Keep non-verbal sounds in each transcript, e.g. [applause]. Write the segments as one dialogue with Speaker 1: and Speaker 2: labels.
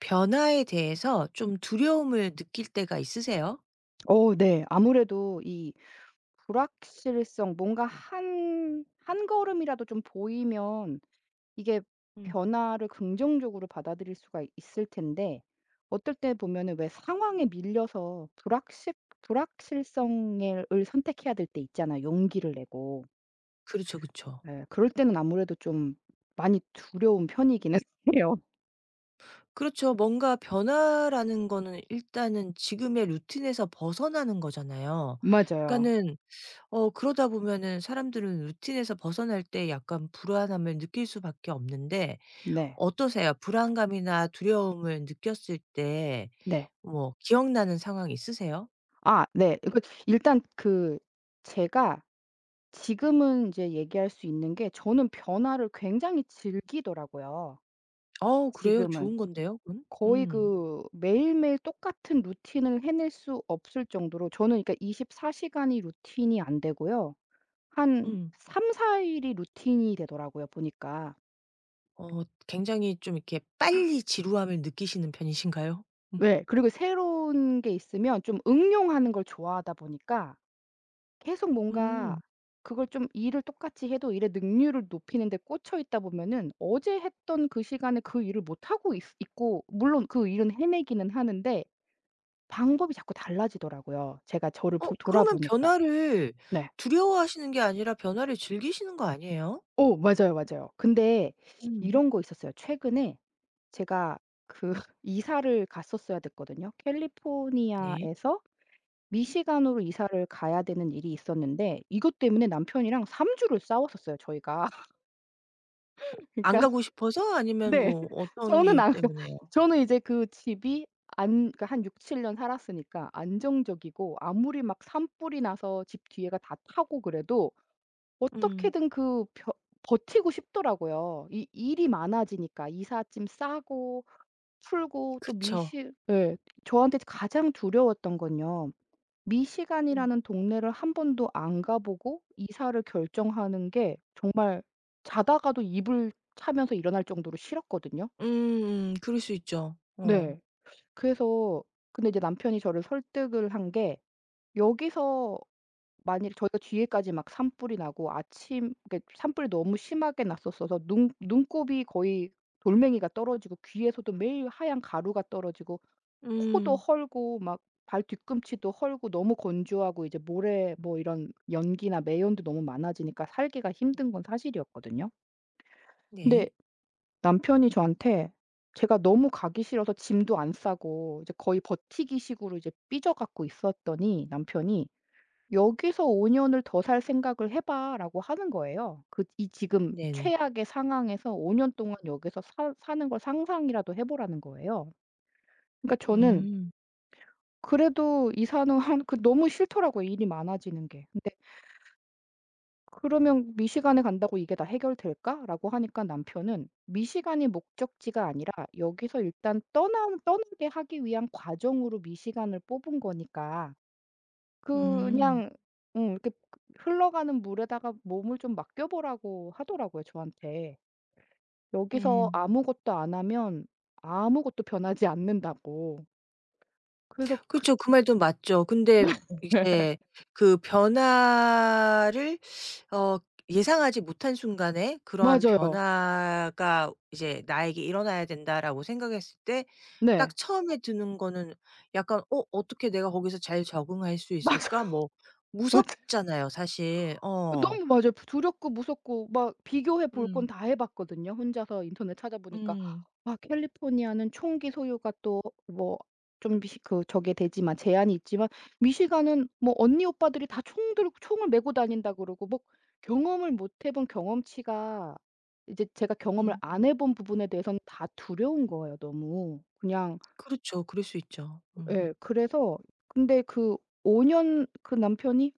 Speaker 1: 변화에 대해서 좀 두려움을 느낄 때가 있으세요?
Speaker 2: 어 네. 아무래도 이 불확실성 뭔가 한 한 걸음이라도 좀 보이면 이게
Speaker 1: 음.
Speaker 2: 변화를 긍정적으로 받아들일 수가 있을 텐데 어떨 때 보면은 왜 상황에 밀려서 불확실 불확실성을 을 선택해야 될 때 있잖아요, 용기를 내고.
Speaker 1: 그렇죠, 그렇죠.
Speaker 2: 예. 그럴 때는 아무래도 좀 많이 두려운 편이기는 [laughs] 해요.
Speaker 1: 그렇죠. 뭔가 변화라는 거는 일단은 지금의 루틴에서 벗어나는 거잖아요.
Speaker 2: 맞아요.
Speaker 1: 그러니까는 그러다 보면은 사람들은 루틴에서 벗어날 때 약간 불안함을 느낄 수밖에 없는데
Speaker 2: 네.
Speaker 1: 어떠세요? 불안감이나 두려움을 느꼈을 때
Speaker 2: 네.
Speaker 1: 기억나는 상황 있으세요?
Speaker 2: 아 네. 이거 일단 그 제가 지금은 이제 얘기할 수 있는 게 저는 변화를 굉장히 즐기더라고요
Speaker 1: 어 그래요?
Speaker 2: 지금은.
Speaker 1: 좋은 건데요, 그건?
Speaker 2: 거의
Speaker 1: 음.
Speaker 2: 그 매일매일 똑같은 루틴을 해낼 수 없을 정도로 저는 그러니까 24 시간이 루틴이 안 되고요. 한
Speaker 1: 음.
Speaker 2: 3-4 일이 루틴이 되더라고요 보니까.
Speaker 1: 굉장히 좀 이렇게 빨리 지루함을 느끼시는 편이신가요? 음.
Speaker 2: 왜 그리고 새로운 게 있으면 좀 응용하는 걸 좋아하다 보니까 계속 뭔가
Speaker 1: 음.
Speaker 2: 그걸 좀 일을 똑같이 해도 일의 능률을 높이는 데 꽂혀 있다 보면은 어제 했던 그 시간에 그 일을 못 하고 있고 물론 그 일은 해내기는 하는데 방법이 자꾸 달라지더라고요, 제가 저를 보
Speaker 1: 그러면
Speaker 2: 돌아보니까.
Speaker 1: 변화를
Speaker 2: 네.
Speaker 1: 두려워하시는 게 아니라 변화를 즐기시는 거 아니에요?
Speaker 2: 오, 맞아요, 맞아요. 근데
Speaker 1: 음.
Speaker 2: 이런 거 있었어요. 최근에 제가 그 [laughs] 이사를 갔었어야 됐거든요.
Speaker 1: 네.
Speaker 2: 캘리포니아에서 미시간으로 이사를 가야 되는 일이 있었는데 이것 때문에 남편이랑 3 주를 싸웠었어요, 저희가. [laughs]
Speaker 1: 안
Speaker 2: 그러니까
Speaker 1: 가고 싶어서 아니면
Speaker 2: 네.
Speaker 1: 뭐
Speaker 2: [laughs]
Speaker 1: 어떤
Speaker 2: 저는
Speaker 1: 이유
Speaker 2: 안 가
Speaker 1: 때문에요?
Speaker 2: 저는 이제 그 집이 안 그러니까 한 6-7년 살았으니까 안정적이고 아무리 막 산불이 나서 집 뒤에가 다 타고 그래도
Speaker 1: 음.
Speaker 2: 어떻게든 그 벼 버티고 싶더라고요. 이 일이 많아지니까 이삿짐 싸고 풀고 또
Speaker 1: 그쵸.
Speaker 2: 미시 예. 저한테 가장 두려웠던 건요.
Speaker 1: 음.
Speaker 2: 미시간이라는 동네를 한 번도 안 가 보고 이사를 결정하는 게 정말 자다가도 이불 차면서 일어날 정도로 싫었거든요.
Speaker 1: 음음. 그럴 수 있죠. 어.
Speaker 2: 네. 그래서 근데 이제 남편이 저를 설득을 한 게 여기서 만일 저희가 뒤에까지 막 산불이 나고 아침 그러니까 산불이 너무 심하게 났었어서 눈 눈곱이 거의 돌멩이가 떨어지고 귀에서도 매일 하얀 가루가 떨어지고 코도
Speaker 1: 음.
Speaker 2: 헐고 막 발 뒤꿈치도 헐고 너무 건조하고 이제 모래 뭐 이런 연기나 매연도 너무 많아지니까 살기가 힘든 건 사실이었거든요. 근데
Speaker 1: 네.
Speaker 2: 남편이 저한테 제가 너무 가기 싫어서 짐도 안 싸고 이제 거의 버티기 식으로 이제 삐져 갖고 있었더니 남편이 "여기서 5 년을 더 살 생각을 해 봐."라고 하는 거예요. 그 이 지금
Speaker 1: 네네.
Speaker 2: 최악의 상황에서 5년 동안 여기서 사 사는 걸 상상이라도 해 보라는 거예요. 그러니까 저는
Speaker 1: 음.
Speaker 2: 그래도 이 상황 그 너무 싫더라고요, 일이 많아지는 게. 근데 그러면 "미시간에 간다고 이게 다 해결될까?"라고 하니까 남편은 미시간이 목적지가 아니라 여기서 일단 떠나게 하기 위한 과정으로 미시간을 뽑은 거니까
Speaker 1: 음.
Speaker 2: 그냥 이렇게 흘러가는 물에다가 몸을 좀 맡겨 보라고 하더라고요, 저한테. 여기서
Speaker 1: 음.
Speaker 2: 아무것도 안 하면 아무것도 변하지 않는다고. 그래서 그
Speaker 1: 그쵸. 그 말도 맞죠. 근데
Speaker 2: [laughs]
Speaker 1: 이제 그 변화를 어 예상하지 못한 순간에 그러한
Speaker 2: 맞아요.
Speaker 1: 변화가 이제 '나에게 일어나야 된다.'라고 생각했을 때
Speaker 2: 네.
Speaker 1: 딱 처음에 드는 거는 약간 '어 어떻게 내가 거기서 잘 적응할 수
Speaker 2: [laughs]
Speaker 1: 있을까?'
Speaker 2: 맞아요.
Speaker 1: 뭐 무섭잖아요 사실. 어.
Speaker 2: 너무 맞아요. 두렵고 무섭고 막 비교해 볼 건
Speaker 1: 음.
Speaker 2: 다 해 봤거든요. 혼자서 인터넷 찾아보니까
Speaker 1: 음.
Speaker 2: 아 캘리포니아는 총기 소유가 또 뭐 좀 미시 그 저게 되지만 제한이 있지만 미시간은 뭐 언니 오빠들이 다 총들 총을 메고 다닌다 그러고 뭐 경험을 못해본 경험치가 이제 제가 경험을
Speaker 1: 음.
Speaker 2: 안해본 부분에 대해서는 다 두려운 거예요 너무. 그냥
Speaker 1: 그렇죠. 그럴 수 있죠. 음.
Speaker 2: 예. 그래서 근데 그 5년 그 남편이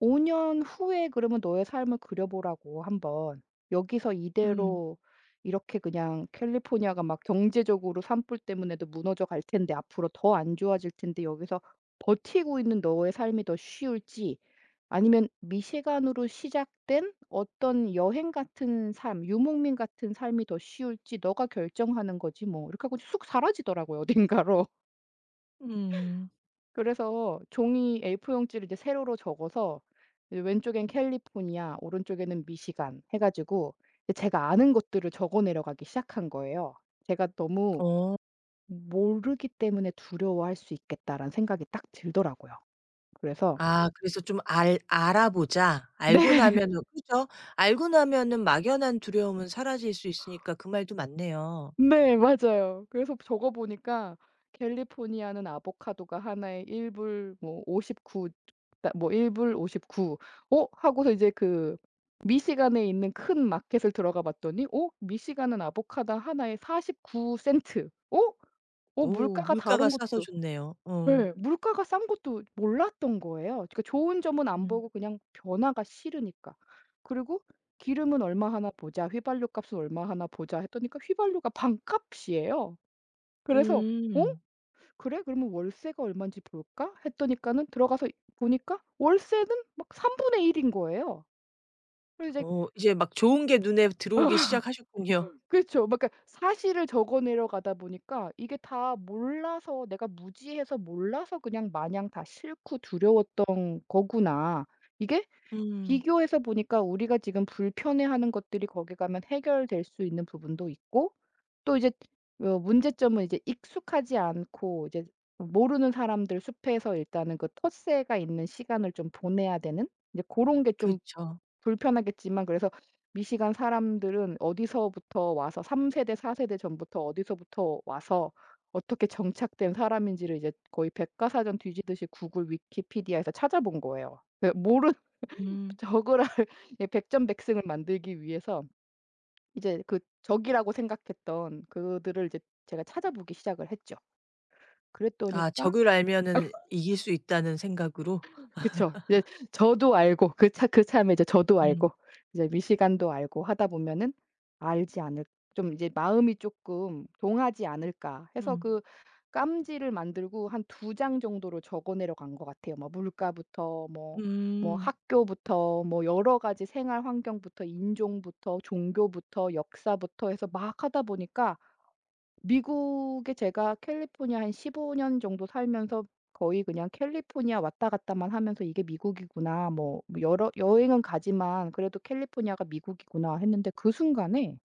Speaker 2: "5 년 후에 그러면 너의 삶을 그려 보라고 한번. 여기서
Speaker 1: 음.
Speaker 2: 이대로 이렇게 그냥 캘리포니아가 막 경제적으로 산불 때문에도 무너져 갈 텐데 앞으로 더 안 좋아질 텐데 여기서 버티고 있는 너의 삶이 더 쉬울지 아니면 미시간으로 시작된 어떤 여행 같은 삶, 유목민 같은 삶이 더 쉬울지 너가 결정하는 거지 뭐." 이렇게 하고 쑥 사라지더라고요 어딘가로.
Speaker 1: 음.
Speaker 2: 그래서 종이 A4용지를 이제 세로로 적어서 이제 왼쪽엔 캘리포니아, 오른쪽에는 미시간 해 가지고 이제 제가 아는 것들을 적어 내려가기 시작한 거예요. 제가 너무
Speaker 1: 어.
Speaker 2: '모르기 때문에 두려워할 수 있겠다.'라는 생각이 딱 들더라고요. 그래서
Speaker 1: 아 그래서 좀 알 알아보자.
Speaker 2: [laughs]
Speaker 1: 알고
Speaker 2: 네.
Speaker 1: 나면은 그죠. 알고 나면은 막연한 두려움은 사라질 수 있으니까 그 말도 맞네요.
Speaker 2: 네 맞아요. 그래서 적어 보니까 캘리포니아는 아보카도가 하나에 1 불 뭐 59 다뭐일 불 오십구 어? 하고서 이제 그 미시간에 있는 큰 마켓을 들어가 봤더니 어 미시간은 아보카도 하나에 49 센트. 어? 어
Speaker 1: 오
Speaker 2: 물가가
Speaker 1: 물가가
Speaker 2: 다른
Speaker 1: 싸서
Speaker 2: 것도
Speaker 1: 좋네요. 어.
Speaker 2: 예. 물가가 싼 것도 몰랐던 거예요. 그러니까 좋은 점은 안
Speaker 1: 음.
Speaker 2: 보고 그냥 변화가 싫으니까. 그리고 기름은 얼마 하나 보자, 휘발유 값은 얼마 하나 보자 했더니까 휘발유가 반값이에요. 그래서 '어?
Speaker 1: 음.
Speaker 2: 그래? 그러면 월세가 얼마인지 볼까?' 했더니까는 들어가서 보니까 월세는 막 3분의 1인 거예요. 그래서 이제
Speaker 1: 이제 막 좋은 게 눈에 들어오기 시작하셨군요.
Speaker 2: 그렇죠. 막 그러니까 사실을 적어 내려가다 보니까 이게 다 몰라서 내가 무지해서 몰라서 그냥 마냥 다 싫고 두려웠던 거구나. 이게
Speaker 1: 음.
Speaker 2: 비교해서 보니까 우리가 지금 불편해하는 것들이 거기 가면 해결될 수 있는 부분도 있고 또 이제 어 문제점은 이제 익숙하지 않고 이제 모르는 사람들 숲에서 일단은 그 텃세가 있는 시간을 좀 보내야 되는 이제 그런 게 좀
Speaker 1: 그쵸.
Speaker 2: 불편하겠지만 그래서 미시간 사람들은 어디서부터 와서 3 세대 4 세대 전부터 어디서부터 와서 어떻게 정착된 사람인지를 이제 거의 백과사전 뒤지듯이 구글 위키피디아에서 찾아본 거예요. 그 모르
Speaker 1: 음.
Speaker 2: 적을 할 [laughs] 예 백전백승을 만들기 위해서 이제 그 적이라고 생각했던 그들을 이제 제가 찾아보기 시작을 했죠.
Speaker 1: 아
Speaker 2: 그랬더니까
Speaker 1: 적을 알면은 이길 수 있다는 생각으로.
Speaker 2: 그쵸. 이제 저도 알고 그 차 그참에 이제 저도
Speaker 1: 음.
Speaker 2: 알고 이제 미시간도 알고 하다 보면은 '알지 않을 좀 이제 마음이 쪼끔 동하지 않을까.' 해서
Speaker 1: 음.
Speaker 2: 그 깜지를 만들고 한 두 장 정도로 적어 내려간 것 같아요. 뭐 물가부터 뭐
Speaker 1: 음.
Speaker 2: 학교부터 뭐 여러 가지 생활 환경부터 인종부터 종교부터 역사부터 해서 막 하다 보니까 미국에 제가 캘리포니아 한 15년 정도 살면서 거의 그냥 캘리포니아 왔다 갔다만 하면서 '이게 미국이구나.' 뭐 여러 여행은 가지만 '그래도 캘리포니아가 미국이구나.' 했는데 그 순간에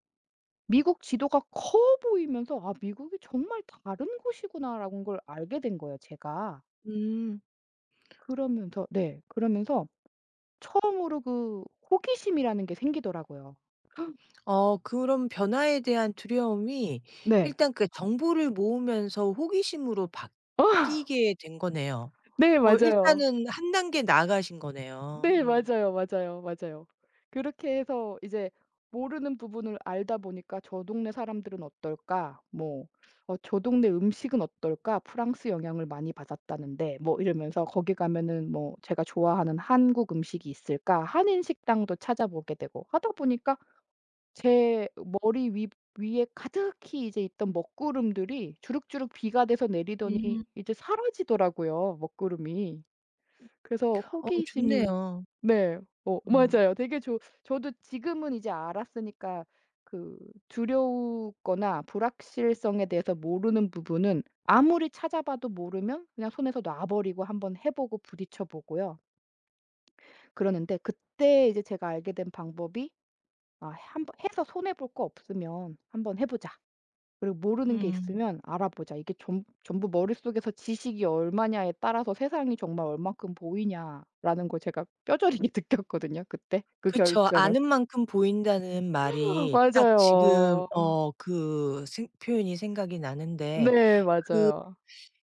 Speaker 2: 미국 지도가 커 보이면서 '아 미국이 정말 다른 곳이구나.'라는 걸 알게 된 거예요 제가.
Speaker 1: 음.
Speaker 2: 그러면서 네 그러면서 처음으로 그 호기심이라는 게 생기더라고요.
Speaker 1: 어 그런 변화에 대한 두려움이
Speaker 2: 네.
Speaker 1: 일단 그 정보를 모으면서 호기심으로 바뀌게 된 거네요.
Speaker 2: 네
Speaker 1: 어
Speaker 2: 맞아요.
Speaker 1: 일단은 한 단계 나아가신 거네요.
Speaker 2: 네.
Speaker 1: 음.
Speaker 2: 맞아요, 맞아요, 맞아요. 그렇게 해서 이제 모르는 부분을 알다 보니까 '저 동네 사람들은 어떨까?' 뭐 어 '저 동네 음식은 어떨까? 프랑스 영향을 많이 받았다는데.' 뭐 이러면서 '거기 가면은 뭐 제가 좋아하는 한국 음식이 있을까?' 한인 식당도 찾아보게 되고 하다 보니까 제 머리 위 위에 가득히 이제 있던 먹구름들이 주룩주룩 비가 돼서 내리더니
Speaker 1: 음.
Speaker 2: 이제 사라지더라고요, 먹구름이. 그래서
Speaker 1: 어
Speaker 2: 호기심이
Speaker 1: 좋네요.
Speaker 2: 네. 어
Speaker 1: 음.
Speaker 2: 맞아요. 되게 저도 지금은 이제 알았으니까 그 두려우거나 불확실성에 대해서 모르는 부분은 아무리 찾아봐도 모르면 그냥 손에서 놔 버리고 한번 해 보고 부딪혀 보고요. 그러는데 그때 이제 제가 알게 된 방법이 '아 한번 해서 손해 볼 거 없으면 한번 해 보자.' 그리고 모르는 게
Speaker 1: 음.
Speaker 2: 있으면 알아보자. 이게 전 전부 머릿속에서 지식이 얼마냐에 따라서 세상이 정말 얼만큼 보이냐라는 걸 제가 뼈저리게 [laughs] 느꼈거든요 그때 그
Speaker 1: 그쵸.
Speaker 2: 결정을.
Speaker 1: 아는 만큼 보인다는
Speaker 2: [laughs]
Speaker 1: 말이 딱 지금
Speaker 2: 맞아요.
Speaker 1: 어 그 생 표현이 생각이 나는데
Speaker 2: 네 맞아요.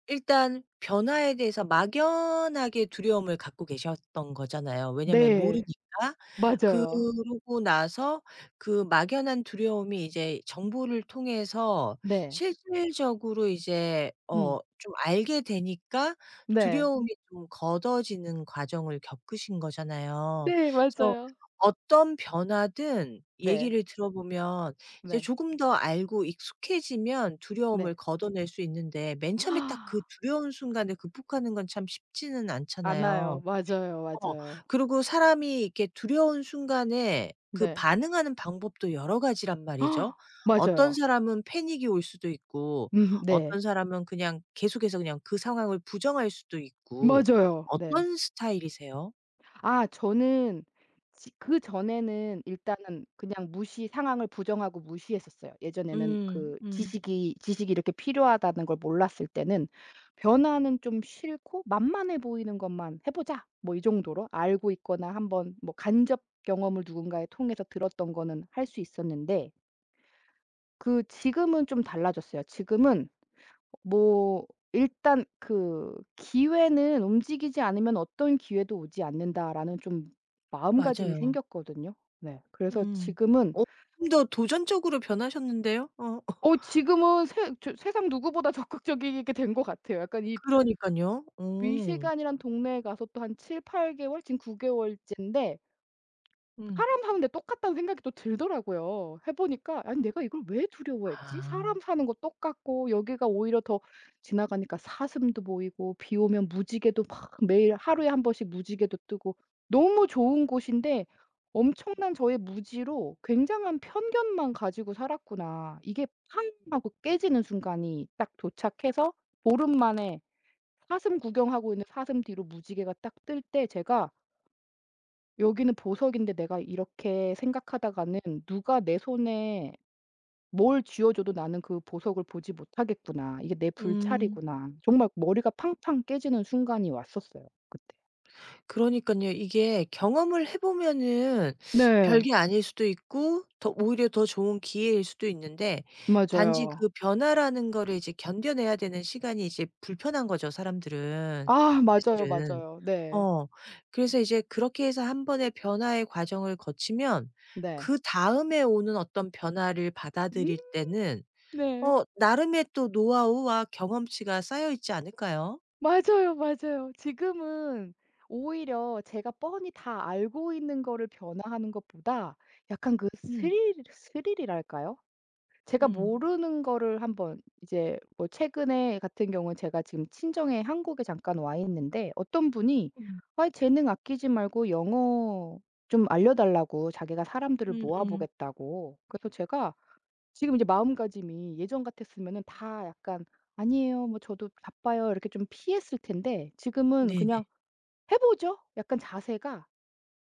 Speaker 1: 일단 변화에 대해서 막연하게 두려움을 갖고 계셨던 거잖아요. 왜냐면
Speaker 2: 네.
Speaker 1: 모르니까.
Speaker 2: 맞아요.
Speaker 1: 그러고 나서 그 막연한 두려움이 이제 정보를 통해서
Speaker 2: 네.
Speaker 1: 실질적으로 이제
Speaker 2: 음.
Speaker 1: 좀 알게 되니까
Speaker 2: 네.
Speaker 1: 두려움이 좀 걷어지는 과정을 겪으신 거잖아요.
Speaker 2: 네
Speaker 1: 그래서
Speaker 2: 맞아요.
Speaker 1: 어떤 변화든
Speaker 2: 네.
Speaker 1: 얘기를 들어보면 이제
Speaker 2: 네.
Speaker 1: 조금 더 알고 익숙해지면 두려움을
Speaker 2: 네.
Speaker 1: 걷어낼 수 있는데 맨 처음에 딱 그
Speaker 2: [gasps]
Speaker 1: 두려운 순간을 극복하는 건 참 쉽지는
Speaker 2: 안 와요.
Speaker 1: 않잖아요.
Speaker 2: 맞아요,
Speaker 1: 어
Speaker 2: 맞아요.
Speaker 1: 그리고 사람이 이렇게 두려운 순간에 그
Speaker 2: 네.
Speaker 1: 반응하는 방법도 여러 가지란 말이죠.
Speaker 2: [gasps]
Speaker 1: 어떤
Speaker 2: 맞아요.
Speaker 1: 사람은 패닉이 올 수도 있고
Speaker 2: 네.
Speaker 1: 어떤 사람은 그냥 계속해서 그냥 그 상황을 부정할 수도 있고
Speaker 2: 맞아요. 네.
Speaker 1: 어떤 스타일이세요?
Speaker 2: 아 저는 지 그전에는 일단은 그냥 무시 상황을 부정하고 무시했었어요. 예전에는
Speaker 1: 음.
Speaker 2: 그
Speaker 1: 음.
Speaker 2: 지식이 이렇게 필요하다는 걸 몰랐을 때는 변화는 좀 싫고 만만해 보이는 것만 해 보자. 뭐 이 정도로 알고 있거나 한번 뭐 간접 경험을 누군가에 통해서 들었던 거는 할 수 있었는데 그 지금은 좀 달라졌어요. 지금은 뭐 일단 그 '기회는 움직이지 않으면 어떤 기회도 오지 않는다.'라는 좀 마음가짐이
Speaker 1: 맞아요.
Speaker 2: 생겼거든요. 네. 그래서
Speaker 1: 음.
Speaker 2: 지금은
Speaker 1: 어 좀 더 도전적으로 변하셨는데요. 어.
Speaker 2: 어 지금은 세 저 세상 누구보다 [laughs] 적극적이게 된 것 같아요. 약간 이
Speaker 1: 그러니깐요. 어.
Speaker 2: 미시간이란 동네에 가서 또 한 7-8 개월 지금 9 개월째인데
Speaker 1: 음.
Speaker 2: 사람 사는데 똑같다는 생각이 또 들더라고요. 해 보니까 '아니 내가 이걸 왜 두려워했지?
Speaker 1: 아.
Speaker 2: 사람 사는 거 똑같고 여기가 오히려 더 지나가니까 사슴도 보이고 비 오면 무지개도 막 매일 하루에 한 번씩 무지개도 뜨고 너무 좋은 곳인데 엄청난 저의 무지로 굉장한 편견만 가지고 살았구나.' 이게 팡 하고 깨지는 순간이 딱 도착해서 보름 만에 사슴 구경하고 있는 사슴 뒤로 무지개가 딱 뜰 때 제가 '여기는 보석인데 내가 이렇게 생각하다가는 누가 내 손에 뭘 쥐어 줘도 나는 그 보석을 보지 못하겠구나. 이게 내
Speaker 1: 음.
Speaker 2: 불찰이구나.' 정말 머리가 팡팡 깨지는 순간이 왔었어요 그때.
Speaker 1: 그러니깐요. 이게 경험을 해 보면은
Speaker 2: 네.
Speaker 1: 별게 아닐 수도 있고 더 오히려 더 좋은 기회일 수도 있는데 단지
Speaker 2: 맞아요.
Speaker 1: 그 변화라는 거를 이제 견뎌내야 되는 시간이 이제 불편한 거죠, 사람들은
Speaker 2: 아 맞아요,
Speaker 1: 사실은.
Speaker 2: 맞아요. 네.
Speaker 1: 어. 그래서 이제 그렇게 해서 한 번의 변화의 과정을 거치면
Speaker 2: 네.
Speaker 1: 그다음에 오는 어떤 변화를
Speaker 2: 음
Speaker 1: 받아들일 때는
Speaker 2: 네.
Speaker 1: 나름의 또 노하우와 경험치가 쌓여 있지 않을까요?
Speaker 2: 맞아요, 맞아요. 지금은 오히려 제가 뻔히 다 알고 있는 거를 변화하는 것보다 약간 그
Speaker 1: 음.
Speaker 2: 스릴이랄까요? 제가
Speaker 1: 음.
Speaker 2: 모르는 거를 한번 이제 뭐 최근에 같은 경우는 제가 지금 친정에 한국에 잠깐 와 있는데 어떤 분이
Speaker 1: 음.
Speaker 2: 아 재능 아끼지 말고 영어 좀 알려 달라."고 자기가 사람들을 모아
Speaker 1: 음음.
Speaker 2: 보겠다고. 그래서 제가 지금 이제 마음가짐이 예전 같았으면은 다 약간 "아니에요. 뭐 저도 바빠요." 이렇게 좀 피했을 텐데 지금은
Speaker 1: 네네.
Speaker 2: 그냥 "해 보죠." 약간 자세가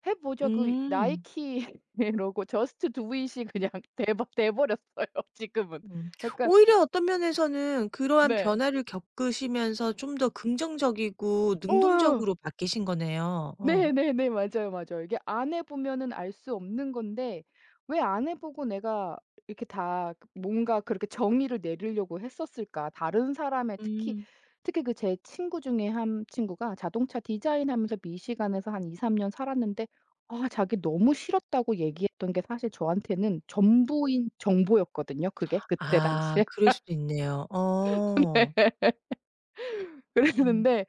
Speaker 2: 해 보죠. 그
Speaker 1: 음.
Speaker 2: 나이키 [laughs] 로고 저스트 두 잇이 그냥 [laughs] 돼버 돼 버렸어요 지금은.
Speaker 1: 음.
Speaker 2: 약간
Speaker 1: 오히려 어떤 면에서는 그러한
Speaker 2: 네.
Speaker 1: 변화를 겪으시면서 좀 더 긍정적이고
Speaker 2: 우와.
Speaker 1: 능동적으로 바뀌신 거네요. 어.
Speaker 2: 네네네. 맞아요, 맞아요. 이게 안 해 보면은 알 수 없는 건데 왜 안 해 보고 내가 이렇게 다 그 뭔가 그렇게 정의를 내리려고 했었을까? 다른 사람의 특히
Speaker 1: 음.
Speaker 2: 특히 그 제 친구 중에 한 친구가 자동차 디자인하면서 미시간에서 한 2-3년 살았는데 아 자기 너무 싫었다고 얘기했던 게 사실 저한테는 전부인 정보였거든요 그게 그때
Speaker 1: 아
Speaker 2: 당시에.
Speaker 1: 그럴 수도 있네요.
Speaker 2: [laughs]
Speaker 1: 어.
Speaker 2: 네.
Speaker 1: 음.
Speaker 2: 그랬는데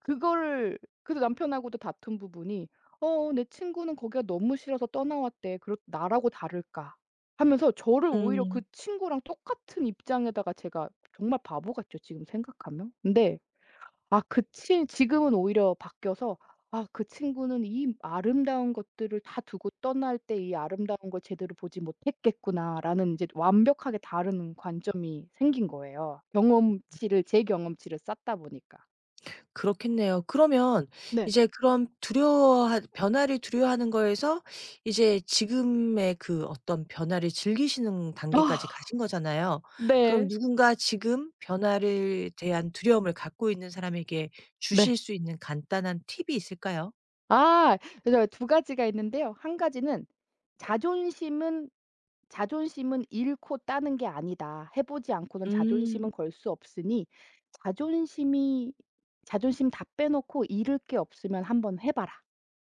Speaker 2: 그거를 그래서 남편하고도 다툰 부분이 "어 내 친구는 거기가 너무 싫어서 떠나왔대. 그렇 나라고 다를까?" 하면서 저를 오히려 그
Speaker 1: 음.
Speaker 2: 친구랑 똑같은 입장에다가 제가 정말 바보 같죠 지금 생각하면. 근데 아 그 친 지금은 오히려 바뀌어서 '아 그 친구는 이 아름다운 것들을 다 두고 떠날 때 이 아름다운 걸 제대로 보지 못했겠구나.'라는 이제 완벽하게 다른 관점이 생긴 거예요 경험치를 제 경험치를 쌓다 보니까.
Speaker 1: 그렇겠네요. 그러면
Speaker 2: 네.
Speaker 1: 이제 그런 두려워 변화를 두려워하는 거에서 이제 지금의 그 어떤 변화를 즐기시는 단계까지
Speaker 2: 아.
Speaker 1: 가신 거잖아요. 그럼
Speaker 2: 네.
Speaker 1: 누군가 지금 변화를 대한 두려움을 갖고 있는 사람에게
Speaker 2: 네.
Speaker 1: 주실 수 있는 간단한 팁이 있을까요?
Speaker 2: 아 그래서 두 가지가 있는데요. 한 가지는 자존심은 자존심은 잃고 따는 게 아니다. 해 보지 않고는
Speaker 1: 음.
Speaker 2: 자존심은 걸 수 없으니 자존심이 자존심 다 빼놓고 잃을 게 없으면 한번 해 봐라.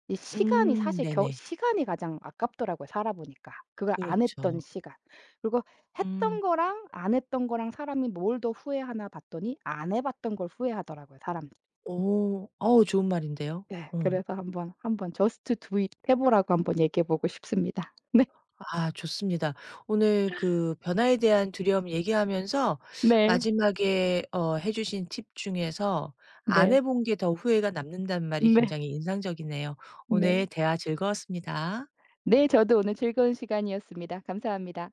Speaker 2: 이 시간이 사실 겨
Speaker 1: 네네.
Speaker 2: 시간이 가장 아깝더라고요, 살아 보니까. 그걸 안
Speaker 1: 그렇죠.
Speaker 2: 했던 시간. 그리고 했던
Speaker 1: 음.
Speaker 2: 거랑 안 했던 거랑 사람이 뭘 더 후회하나 봤더니 안 해 봤던 걸 후회하더라고요, 사람들이.
Speaker 1: 오. 어우 좋은 말인데요.
Speaker 2: 네.
Speaker 1: 어.
Speaker 2: 그래서 한번 한번 "Just do it." 해 보라고 한번 얘기해 보고 싶습니다. [laughs]
Speaker 1: 아 좋습니다. 오늘 그 변화에 대한 두려움 얘기하면서
Speaker 2: 네. 네.
Speaker 1: 마지막에 해 주신 팁 중에서 안
Speaker 2: 네.
Speaker 1: 해본 게 더 후회가 남는다는 말이
Speaker 2: 네.
Speaker 1: 굉장히 인상적이네요.
Speaker 2: 네.
Speaker 1: 오늘 대화 즐거웠습니다.
Speaker 2: 네. 저도 오늘 즐거운 시간이었습니다. 감사합니다.